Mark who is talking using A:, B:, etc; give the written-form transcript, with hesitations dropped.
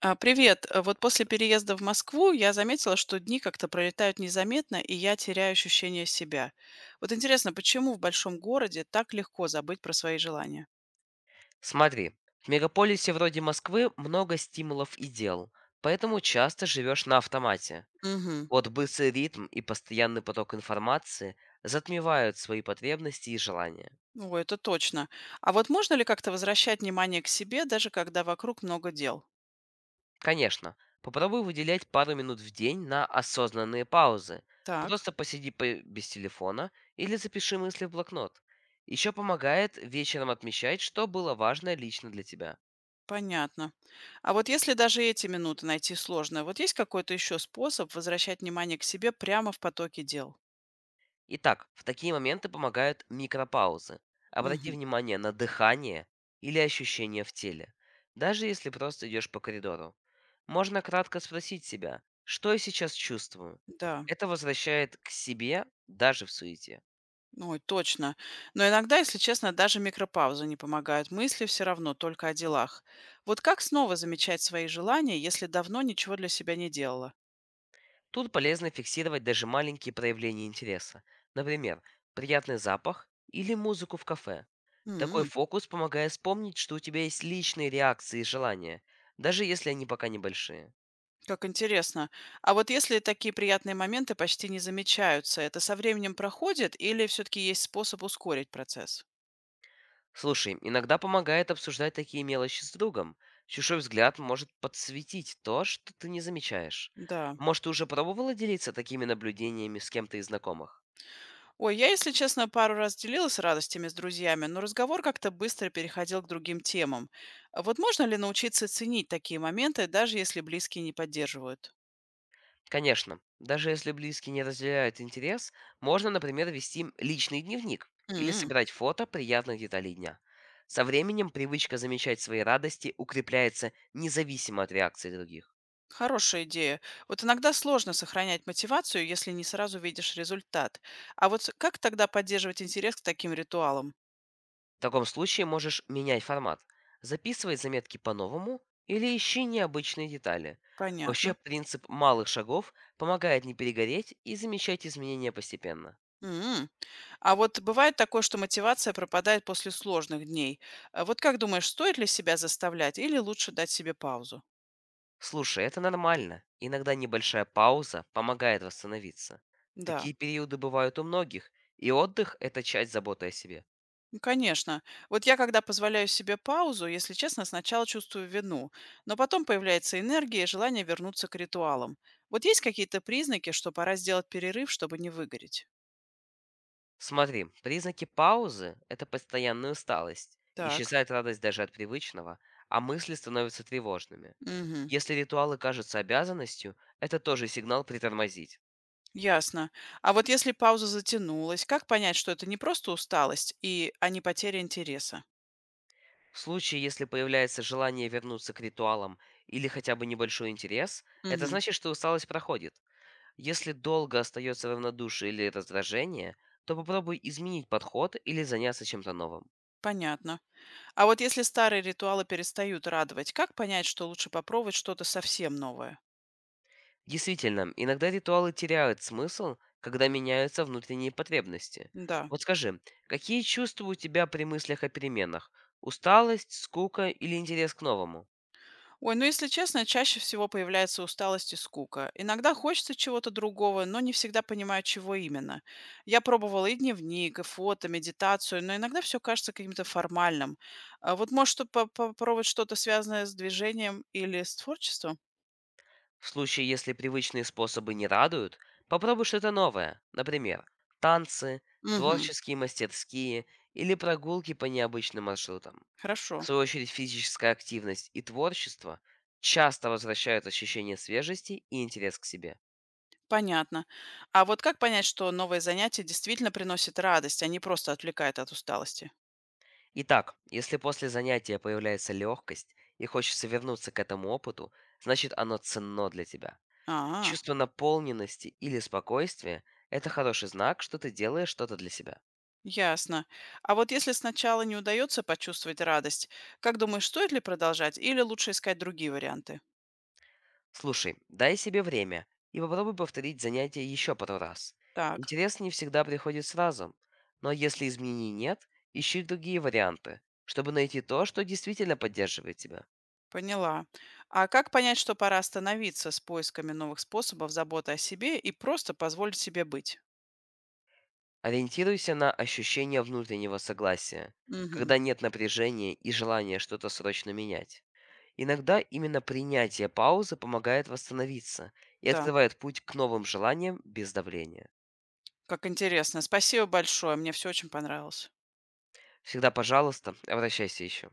A: А, привет. Вот после переезда в Москву я заметила, что дни как-то пролетают незаметно, и я теряю ощущение себя. Вот интересно, почему в большом городе так легко забыть про свои желания?
B: Смотри, в мегаполисе вроде Москвы много стимулов и дел, поэтому часто живешь на автомате.
A: Угу.
B: Вот быстрый ритм и постоянный поток информации затмевают свои потребности и желания.
A: О, это точно. А вот можно ли как-то возвращать внимание к себе, даже когда вокруг много дел?
B: Конечно, попробуй выделять пару минут в день на осознанные паузы.
A: Так,
B: Просто посиди без телефона или запиши мысли в блокнот. Еще помогает вечером отмечать, что было важно лично для тебя.
A: понятно. А вот если даже эти минуты найти сложно, вот есть какой-то еще способ возвращать внимание к себе прямо в потоке дел?
B: Итак, в такие моменты помогают микропаузы. Обрати
A: Угу.
B: внимание на дыхание или ощущения в теле, даже если просто идешь по коридору. Можно кратко спросить себя, что я сейчас чувствую.
A: Да.
B: Это возвращает к себе даже в суете.
A: Ой, точно. Но иногда, если честно, даже микропаузы не помогают. Мысли все равно только о делах. Вот как снова замечать свои желания, если давно ничего для себя не делала?
B: Тут полезно фиксировать даже маленькие проявления интереса. Например, приятный запах или музыку в кафе. Такой
A: М,
B: фокус помогает вспомнить, что у тебя есть личные реакции и желания, даже если они пока небольшие.
A: как интересно. А вот если такие приятные моменты почти не замечаются, это со временем проходит или все-таки есть способ ускорить процесс?
B: Слушай, иногда помогает обсуждать такие мелочи с другом. Чужой взгляд может подсветить то, что ты не замечаешь.
A: Да.
B: Может, ты уже пробовала делиться такими наблюдениями с кем-то из знакомых?
A: Ой, я, если честно, пару раз делилась радостями с друзьями, но разговор как-то быстро переходил к другим темам. А вот можно ли научиться ценить такие моменты, даже если близкие не поддерживают?
B: Конечно, даже если близкие не разделяют интерес, можно, например, вести личный дневник или
A: М.
B: собирать фото приятных деталей дня. Со временем привычка замечать свои радости укрепляется независимо от реакции других.
A: Хорошая идея. Вот иногда сложно сохранять мотивацию, если не сразу видишь результат. А вот как тогда поддерживать интерес к таким ритуалам?
B: В таком случае можешь менять формат. Записывай заметки по-новому или ищи необычные детали. Вообще
A: Понятно.
B: принцип малых шагов помогает не перегореть и замечать изменения постепенно.
A: М. А вот бывает такое, что мотивация пропадает после сложных дней. А вот как думаешь, стоит ли себя заставлять или лучше дать себе паузу?
B: Слушай, это нормально. Иногда небольшая пауза помогает восстановиться.
A: Да.
B: Такие периоды бывают у многих, и отдых– это часть заботы о себе.
A: Ну, конечно. Вот я, когда позволяю себе паузу, если честно, сначала чувствую вину, но потом появляется энергия и желание вернуться к ритуалам. Вот есть какие-то признаки, что пора сделать перерыв, чтобы не выгореть?
B: Смотри, признаки паузы– это постоянная усталость.
A: Так.
B: Исчезает радость даже от привычного, а мысли становятся тревожными.
A: Угу.
B: Если ритуалы кажутся обязанностью, это тоже сигнал притормозить.
A: Ясно. А вот если пауза затянулась, как понять, что это не просто усталость, а не потеря интереса?
B: В случае, если появляется желание вернуться к ритуалам или хотя бы небольшой интерес, это
A: Угу.
B: значит, что усталость проходит. Если долго остается равнодушие или раздражение, то попробуй изменить подход или заняться чем-то новым.
A: Понятно. А вот если старые ритуалы перестают радовать, как понять, что лучше попробовать что-то совсем новое?
B: Действительно, иногда ритуалы теряют смысл, когда меняются внутренние потребности.
A: Да.
B: Вот скажи, какие чувства у тебя при мыслях о переменах? Усталость, скука или интерес к новому?
A: Ой, ну если честно, чаще всего появляется усталость и скука. Иногда хочется чего-то другого, но не всегда понимаю, чего именно. Я пробовала и дневник, и фото, медитацию, но иногда все кажется каким-то формальным. А вот может попробовать что-то связанное с движением или с творчеством?
B: В случае, если привычные способы не радуют, попробуй что-то новое. Например, танцы,
A: Угу,
B: творческие мастерские или прогулки по необычным маршрутам.
A: хорошо.
B: В свою очередь, физическая активность и творчество часто возвращают ощущение свежести и интерес к себе.
A: Понятно. А вот как понять, что новое занятие действительно приносит радость, а не просто отвлекает от усталости?
B: Итак, если после занятия появляется легкость и хочется вернуться к этому опыту, значит оно ценно для тебя.
A: А,
B: Чувство наполненности или спокойствия– это хороший знак, что ты делаешь что-то для себя.
A: ясно. А вот если сначала не удается почувствовать радость, как думаешь, стоит ли продолжать или лучше искать другие варианты?
B: Слушай, дай себе время и попробуй повторить занятие еще пару раз.
A: Так,
B: Интерес не всегда приходит сразу, но если изменений нет, ищи другие варианты, чтобы найти то, что действительно поддерживает тебя.
A: поняла. А как понять, что пора остановиться с поисками новых способов заботы о себе и просто позволить себе быть?
B: Ориентируйся на ощущение внутреннего согласия,
A: Угу,
B: когда нет напряжения и желания что-то срочно менять. Иногда именно принятие паузы помогает восстановиться и
A: да,
B: открывает путь к новым желаниям без давления.
A: как интересно. Спасибо большое, мне все очень понравилось.
B: Всегда, пожалуйста, обращайся еще.